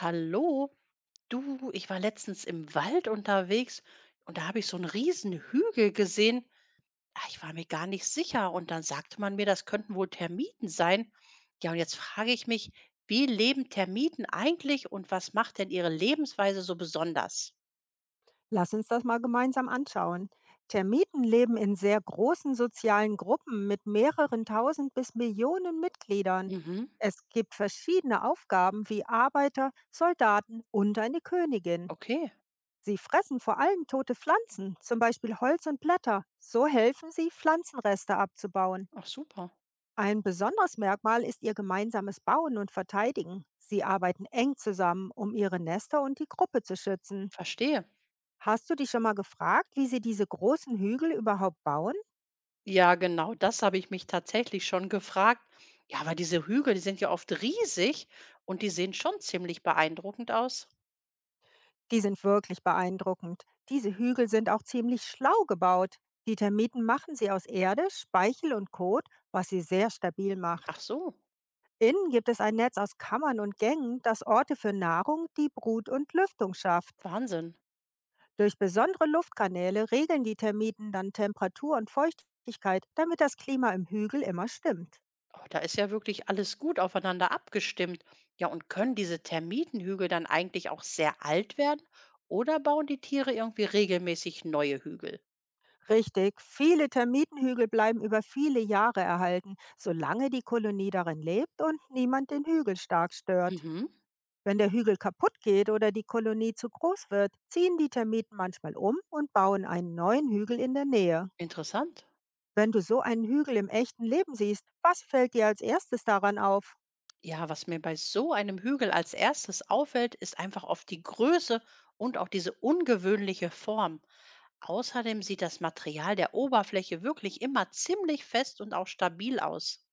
Hallo, du, ich war letztens im Wald unterwegs und da habe ich so einen riesen Hügel gesehen. Ah, ich war mir gar nicht sicher und dann sagte man mir, das könnten wohl Termiten sein. Ja, und jetzt frage ich mich, wie leben Termiten eigentlich und was macht denn ihre Lebensweise so besonders? Lass uns das mal gemeinsam anschauen. Termiten leben in sehr großen sozialen Gruppen mit mehreren tausend bis Millionen Mitgliedern. Mhm. Es gibt verschiedene Aufgaben wie Arbeiter, Soldaten und eine Königin. Okay. Sie fressen vor allem tote Pflanzen, zum Beispiel Holz und Blätter. So helfen sie, Pflanzenreste abzubauen. Ach super. Ein besonderes Merkmal ist ihr gemeinsames Bauen und Verteidigen. Sie arbeiten eng zusammen, um ihre Nester und die Gruppe zu schützen. Verstehe. Hast du dich schon mal gefragt, wie sie diese großen Hügel überhaupt bauen? Ja, genau, das habe ich mich tatsächlich schon gefragt. Ja, aber diese Hügel, die sind ja oft riesig und die sehen schon ziemlich beeindruckend aus. Die sind wirklich beeindruckend. Diese Hügel sind auch ziemlich schlau gebaut. Die Termiten machen sie aus Erde, Speichel und Kot, was sie sehr stabil Ach macht. so. Innen gibt es ein Netz aus Kammern und Gängen, das Orte für Nahrung, die Brut und Lüftung schafft. Wahnsinn. Durch besondere Luftkanäle regeln die Termiten dann Temperatur und Feuchtigkeit, damit das Klima im Hügel immer stimmt. Oh, da ist ja wirklich alles gut aufeinander abgestimmt. Ja, und können diese Termitenhügel dann eigentlich auch sehr alt werden oder bauen die Tiere irgendwie regelmäßig neue Hügel? Richtig, viele Termitenhügel bleiben über viele Jahre erhalten, solange die Kolonie darin lebt und niemand den Hügel stark stört. Mhm. Wenn der Hügel kaputt geht oder die Kolonie zu groß wird, ziehen die Termiten manchmal um und bauen einen neuen Hügel in der Nähe. Interessant. Wenn du so einen Hügel im echten Leben siehst, was fällt dir als erstes daran auf? Ja, was mir bei so einem Hügel als erstes auffällt, ist einfach oft die Größe und auch diese ungewöhnliche Form. Außerdem sieht das Material der Oberfläche wirklich immer ziemlich fest und auch stabil aus.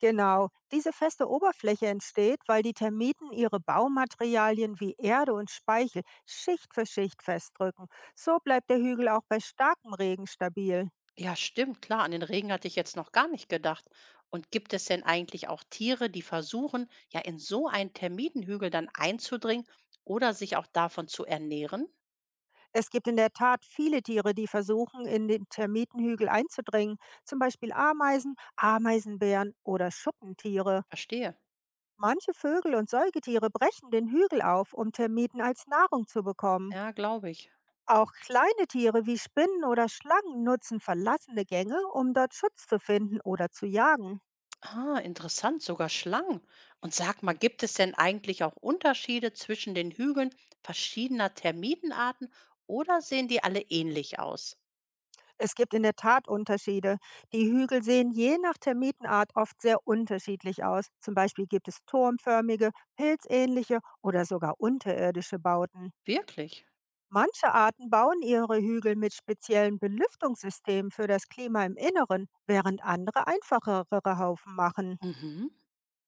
Genau, diese feste Oberfläche entsteht, weil die Termiten ihre Baumaterialien wie Erde und Speichel Schicht für Schicht festdrücken. So bleibt der Hügel auch bei starkem Regen stabil. Ja, stimmt, klar. An den Regen hatte ich jetzt noch gar nicht gedacht. Und gibt es denn eigentlich auch Tiere, die versuchen, ja in so einen Termitenhügel dann einzudringen oder sich auch davon zu ernähren? Es gibt in der Tat viele Tiere, die versuchen, in den Termitenhügel einzudringen, zum Beispiel Ameisen, Ameisenbären oder Schuppentiere. Verstehe. Manche Vögel und Säugetiere brechen den Hügel auf, um Termiten als Nahrung zu bekommen. Ja, glaube ich. Auch kleine Tiere wie Spinnen oder Schlangen nutzen verlassene Gänge, um dort Schutz zu finden oder zu jagen. Ah, interessant, sogar Schlangen. Und sag mal, gibt es denn eigentlich auch Unterschiede zwischen den Hügeln verschiedener Termitenarten oder sehen die alle ähnlich aus? Es gibt in der Tat Unterschiede. Die Hügel sehen je nach Termitenart oft sehr unterschiedlich aus. Zum Beispiel gibt es turmförmige, pilzähnliche oder sogar unterirdische Bauten. Wirklich? Manche Arten bauen ihre Hügel mit speziellen Belüftungssystemen für das Klima im Inneren, während andere einfachere Haufen machen. Mhm.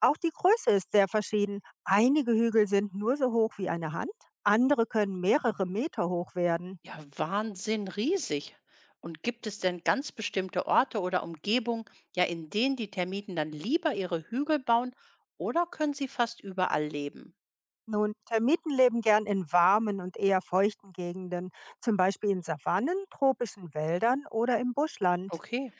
Auch die Größe ist sehr verschieden. Einige Hügel sind nur so hoch wie eine Hand, andere können mehrere Meter hoch werden. Ja, Wahnsinn riesig. Und gibt es denn ganz bestimmte Orte oder Umgebungen, ja, in denen die Termiten dann lieber ihre Hügel bauen oder können sie fast überall leben? Nun, Termiten leben gern in warmen und eher feuchten Gegenden, zum Beispiel in Savannen, tropischen Wäldern oder im Buschland. Okay.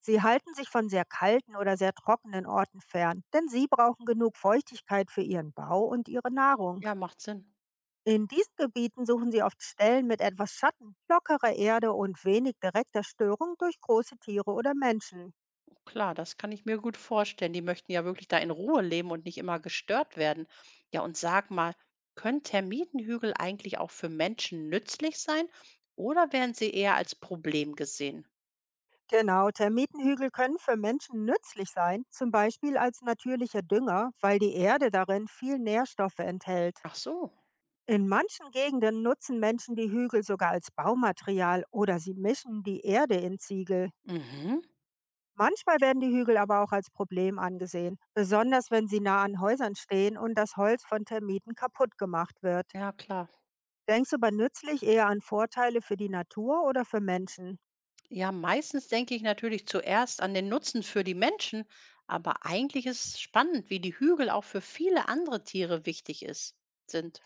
Sie halten sich von sehr kalten oder sehr trockenen Orten fern, denn sie brauchen genug Feuchtigkeit für ihren Bau und ihre Nahrung. Ja, macht Sinn. In diesen Gebieten suchen sie oft Stellen mit etwas Schatten, lockerer Erde und wenig direkter Störung durch große Tiere oder Menschen. Klar, das kann ich mir gut vorstellen. Die möchten ja wirklich da in Ruhe leben und nicht immer gestört werden. Ja, und sag mal, können Termitenhügel eigentlich auch für Menschen nützlich sein oder werden sie eher als Problem gesehen? Genau, Termitenhügel können für Menschen nützlich sein, zum Beispiel als natürlicher Dünger, weil die Erde darin viel Nährstoffe enthält. Ach so. In manchen Gegenden nutzen Menschen die Hügel sogar als Baumaterial oder sie mischen die Erde in Ziegel. Mhm. Manchmal werden die Hügel aber auch als Problem angesehen, besonders wenn sie nah an Häusern stehen und das Holz von Termiten kaputt gemacht wird. Ja, klar. Denkst du bei nützlich eher an Vorteile für die Natur oder für Menschen? Ja, meistens denke ich natürlich zuerst an den Nutzen für die Menschen, aber eigentlich ist es spannend, wie die Hügel auch für viele andere Tiere wichtig ist, sind.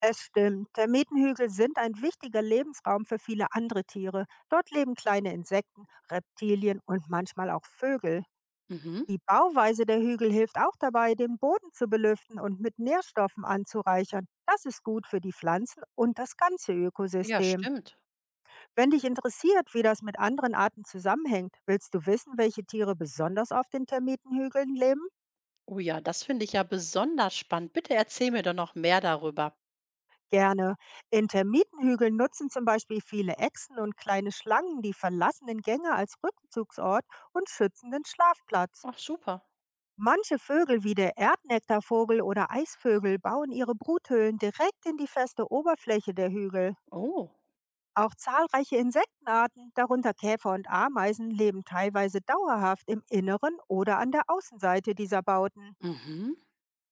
Es stimmt, Termitenhügel sind ein wichtiger Lebensraum für viele andere Tiere. Dort leben kleine Insekten, Reptilien und manchmal auch Vögel. Mhm. Die Bauweise der Hügel hilft auch dabei, den Boden zu belüften und mit Nährstoffen anzureichern. Das ist gut für die Pflanzen und das ganze Ja, Ökosystem. stimmt. Wenn dich interessiert, wie das mit anderen Arten zusammenhängt, willst du wissen, welche Tiere besonders auf den Termitenhügeln leben? Oh ja, das finde ich ja besonders spannend. Bitte erzähl mir doch noch mehr darüber. Gerne. In nutzen zum Beispiel viele Echsen und kleine Schlangen die verlassenen Gänge als Rückzugsort und schützenden Schlafplatz. Ach, super. Manche Vögel wie der Erdnektarvogel oder Eisvögel bauen ihre Bruthöhlen direkt in die feste Oberfläche der Hügel. Oh. Auch zahlreiche Insektenarten, darunter Käfer und Ameisen, leben teilweise dauerhaft im Inneren oder an der Außenseite dieser Bauten. Mhm.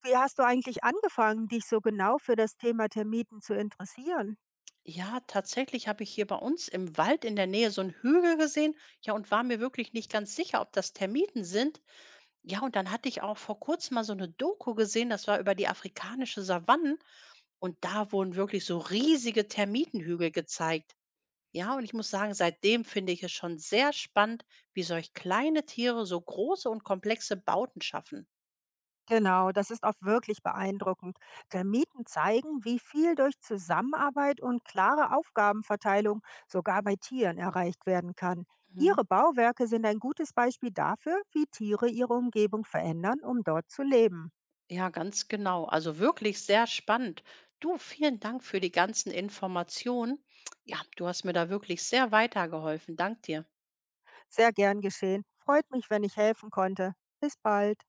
Wie hast du eigentlich angefangen, dich so genau für das Thema Termiten zu interessieren? Ja, tatsächlich habe ich hier bei uns im Wald in der Nähe so einen Hügel gesehen. Ja, und war mir wirklich nicht ganz sicher, ob das Termiten sind. Ja, und dann hatte ich auch vor kurzem mal so eine Doku gesehen, das war über die afrikanische Savanne. Und da wurden wirklich so riesige Termitenhügel gezeigt. Ja, und ich muss sagen, seitdem finde ich es schon sehr spannend, wie solch kleine Tiere so große und komplexe Bauten schaffen. Genau, das ist auch wirklich beeindruckend. Termiten zeigen, wie viel durch Zusammenarbeit und klare Aufgabenverteilung sogar bei Tieren erreicht werden kann. Mhm. Ihre Bauwerke sind ein gutes Beispiel dafür, wie Tiere ihre Umgebung verändern, um dort zu leben. Ja, ganz genau. Also wirklich sehr spannend. Du, vielen Dank für die ganzen Informationen. Ja, du hast mir da wirklich sehr weitergeholfen. Dank dir. Sehr gern geschehen. Freut mich, wenn ich helfen konnte. Bis bald.